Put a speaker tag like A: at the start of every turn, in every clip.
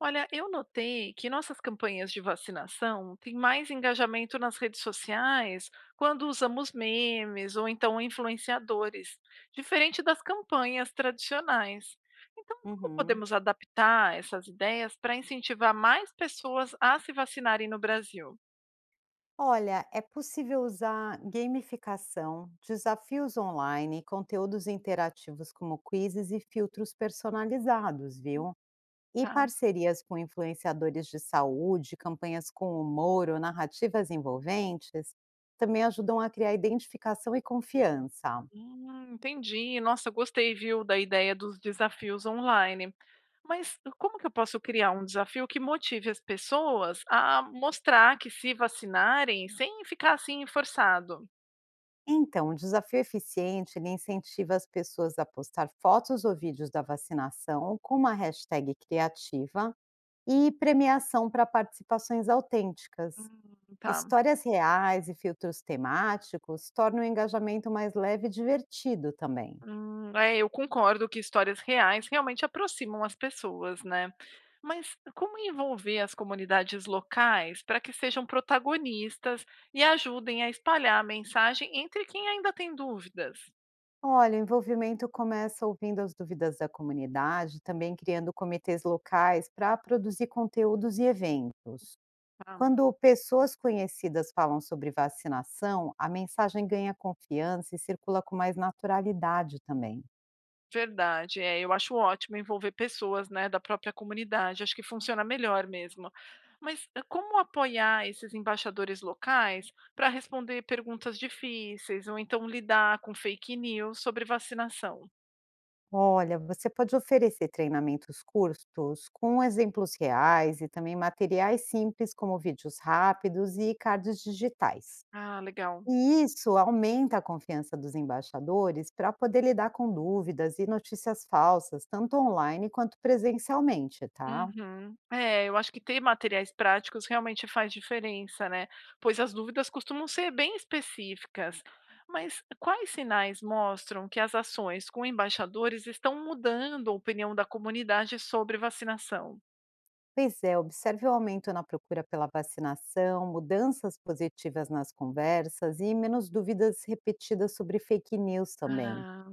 A: Olha, eu notei que nossas campanhas de vacinação têm mais engajamento nas redes sociais quando usamos memes ou então influenciadores, diferente das campanhas tradicionais. Então, como
B: Uhum.
A: podemos adaptar essas ideias para incentivar mais pessoas a se vacinarem no Brasil?
B: Olha, é possível usar gamificação, desafios online, conteúdos interativos como quizzes e filtros personalizados,
A: Hum.
B: viu? E
A: Tá.
B: parcerias com influenciadores de saúde, campanhas com humor ou narrativas envolventes também ajudam a criar identificação e confiança.
A: Entendi. Nossa, gostei, viu, da ideia dos desafios online. Mas como que eu posso criar um desafio que motive as pessoas a mostrar que se vacinarem sem ficar assim forçado?
B: Então, o desafio eficiente, ele incentiva as pessoas a postar fotos ou vídeos da vacinação com uma hashtag criativa e premiação para participações autênticas.
A: Tá.
B: Histórias reais e filtros temáticos tornam o engajamento mais leve e divertido também.
A: É, eu concordo que histórias reais realmente aproximam as pessoas, né? Mas como envolver as comunidades locais para que sejam protagonistas e ajudem a espalhar a mensagem entre quem ainda tem dúvidas?
B: Olha, o envolvimento começa ouvindo as dúvidas da comunidade, também criando comitês locais para produzir conteúdos e eventos.
A: Tá.
B: Quando pessoas conhecidas falam sobre vacinação, a mensagem ganha confiança e circula com mais naturalidade também.
A: Verdade, é, eu acho ótimo envolver pessoas, né, da própria comunidade, acho que funciona melhor mesmo. Mas, como apoiar esses embaixadores locais para responder perguntas difíceis ou então lidar com fake news sobre vacinação?
B: Olha, você pode oferecer treinamentos curtos com exemplos reais e também materiais simples, como vídeos rápidos e cards digitais.
A: Ah, legal.
B: E isso aumenta a confiança dos embaixadores para poder lidar com dúvidas e notícias falsas, tanto online quanto presencialmente, tá?
A: Uhum. É, eu acho que ter materiais práticos realmente faz diferença, né? Pois as dúvidas costumam ser bem específicas. Mas quais sinais mostram que as ações com embaixadores estão mudando a opinião da comunidade sobre vacinação?
B: Pois é, observe o aumento na procura pela vacinação, mudanças positivas nas conversas e menos dúvidas repetidas sobre fake news também.
A: Ah,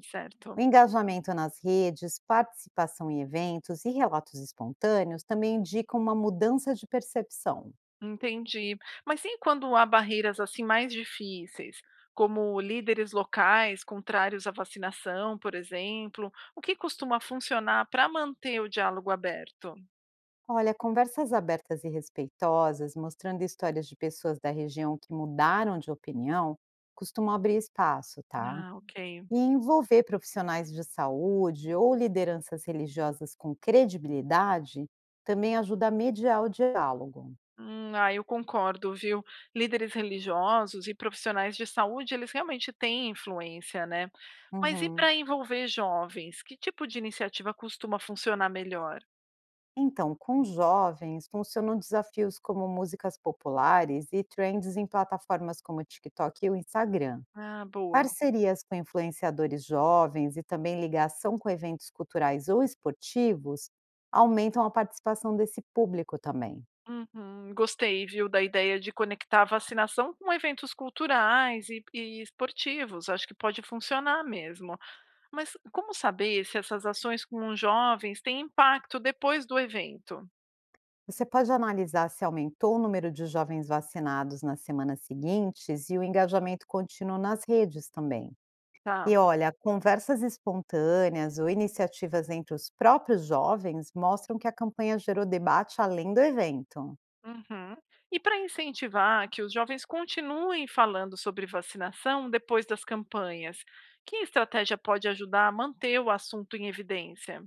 B: O
A: certo.
B: engajamento nas redes, participação em eventos e relatos espontâneos também indicam uma mudança de percepção.
A: Entendi. Mas e quando há barreiras assim mais difíceis, como líderes locais contrários à vacinação, por exemplo, o que costuma funcionar para manter o diálogo aberto?
B: Olha, conversas abertas e respeitosas, mostrando histórias de pessoas da região que mudaram de opinião, costumam abrir espaço, tá?
A: Ah, ok.
B: E envolver profissionais de saúde ou lideranças religiosas com credibilidade também ajuda a mediar o diálogo.
A: Ah, eu concordo, viu? Líderes religiosos e profissionais de saúde, eles realmente têm influência, né? Mas e
B: Uhum.
A: para envolver jovens? Que tipo de iniciativa costuma funcionar melhor?
B: Então, com jovens, funcionam desafios como músicas populares e trends em plataformas como o TikTok e o Instagram.
A: Ah, boa.
B: Parcerias com influenciadores jovens e também ligação com eventos culturais ou esportivos aumentam a participação desse público também.
A: Uhum, gostei, viu, da ideia de conectar a vacinação com eventos culturais e esportivos. Acho que pode funcionar mesmo. Mas como saber se essas ações com os jovens têm impacto depois do evento?
B: Você pode analisar se aumentou o número de jovens vacinados nas semanas seguintes e o engajamento contínuo nas redes também.
A: Tá.
B: E olha, conversas espontâneas ou iniciativas entre os próprios jovens mostram que a campanha gerou debate além do evento.
A: Uhum. E para incentivar que os jovens continuem falando sobre vacinação depois das campanhas, que estratégia pode ajudar a manter o assunto em evidência?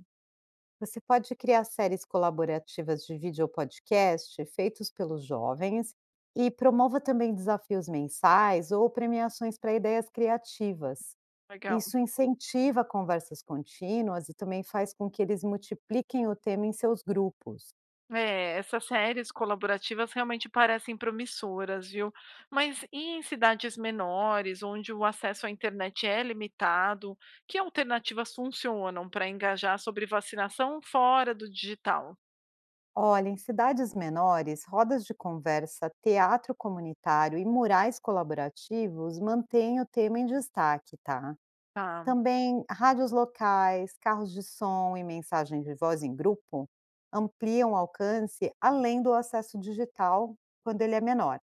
B: Você pode criar séries colaborativas de vídeo ou podcast feitos pelos jovens e promova também desafios mensais ou premiações para ideias criativas.
A: Legal.
B: Isso incentiva conversas contínuas e também faz com que eles multipliquem o tema em seus grupos.
A: É, essas séries colaborativas realmente parecem promissoras, viu? Mas e em cidades menores, onde o acesso à internet é limitado, que alternativas funcionam para engajar sobre vacinação fora do digital?
B: Olha, em cidades menores, rodas de conversa, teatro comunitário e murais colaborativos mantêm o tema em destaque, tá?
A: Tá.
B: Também rádios locais, carros de som e mensagens de voz em grupo ampliam o alcance além do acesso digital quando ele é menor.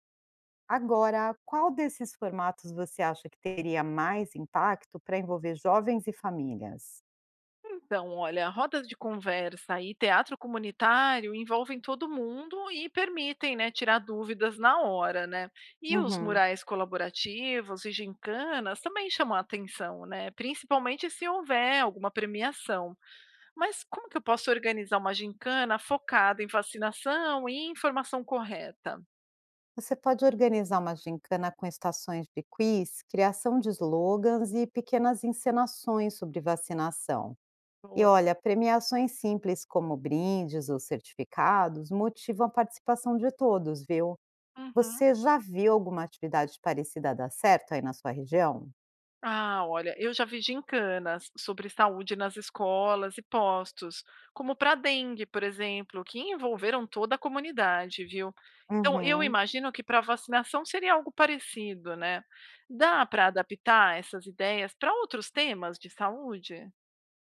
B: Agora, qual desses formatos você acha que teria mais impacto para envolver jovens e famílias?
A: Então, olha, rodas de conversa e teatro comunitário envolvem todo mundo e permitem, né, tirar dúvidas na hora, né? E os
B: Uhum.
A: murais colaborativos e gincanas também chamam a atenção, né? Principalmente se houver alguma premiação. Mas como que eu posso organizar uma gincana focada em vacinação e informação correta?
B: Você pode organizar uma gincana com estações de quiz, criação de slogans e pequenas encenações sobre vacinação. E
A: Boa.
B: olha, premiações simples como brindes ou certificados motivam a participação de todos, viu?
A: Uhum.
B: Você já viu alguma atividade parecida dar certo aí na sua região?
A: Ah, olha, eu já vi gincanas sobre saúde nas escolas e postos, como para dengue, por exemplo, que envolveram toda a comunidade, viu? Então, eu
B: Uhum.
A: imagino que para vacinação seria algo parecido, né? Dá para adaptar essas ideias para outros temas de saúde?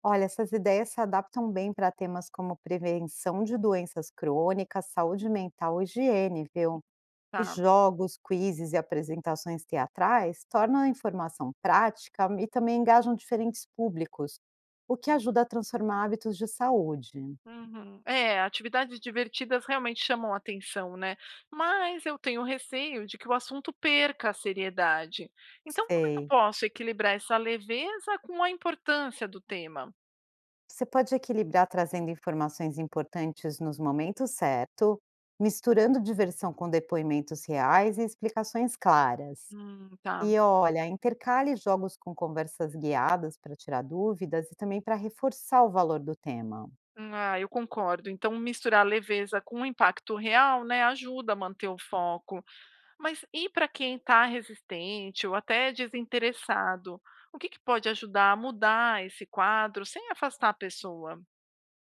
B: Olha, essas ideias se adaptam bem para temas como prevenção de doenças crônicas, saúde mental e higiene, viu? E
A: Tá.
B: jogos, quizzes e apresentações teatrais tornam a informação prática e também engajam diferentes públicos, o que ajuda a transformar hábitos de saúde.
A: Uhum. É, atividades divertidas realmente chamam a atenção, né? Mas eu tenho receio de que o assunto perca a seriedade. Então, como é que eu
B: Sei.
A: posso equilibrar essa leveza com a importância do tema?
B: Você pode equilibrar trazendo informações importantes nos momentos certos, misturando diversão com depoimentos reais e explicações claras.
A: Tá.
B: E olha, intercale jogos com conversas guiadas para tirar dúvidas e também para reforçar o valor do tema.
A: Ah, eu concordo. Então, misturar leveza com o impacto real, né, ajuda a manter o foco. Mas e para quem está resistente ou até desinteressado? O que que pode ajudar a mudar esse quadro sem afastar a pessoa?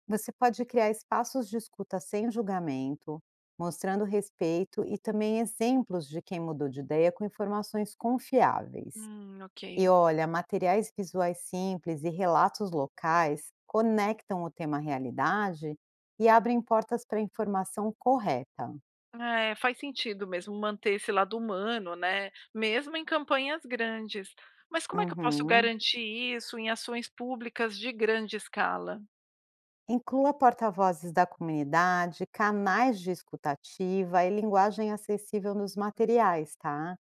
B: Você pode criar espaços de escuta sem julgamento, mostrando respeito e também exemplos de quem mudou de ideia com informações confiáveis. E
A: Ok.
B: olha, materiais visuais simples e relatos locais conectam o tema à realidade e abrem portas para a informação correta.
A: Ah, é, faz sentido mesmo manter esse lado humano, né, mesmo em campanhas grandes. Mas como é que eu posso
B: Uhum.
A: garantir isso em ações públicas de grande escala?
B: Inclua porta-vozes da comunidade, canais de escutativa e linguagem acessível nos materiais, tá?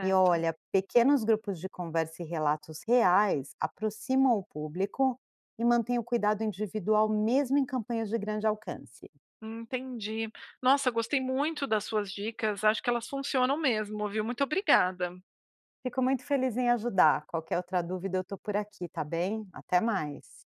B: E olha, pequenos grupos de conversa e relatos reais aproximam o público e mantêm o cuidado individual mesmo em campanhas de grande alcance.
A: entendi. Nossa, gostei muito das suas dicas, acho que elas funcionam mesmo, viu? Muito obrigada.
B: Fico muito feliz em ajudar. Qualquer outra dúvida, eu tô por aqui, tá bem? Até mais.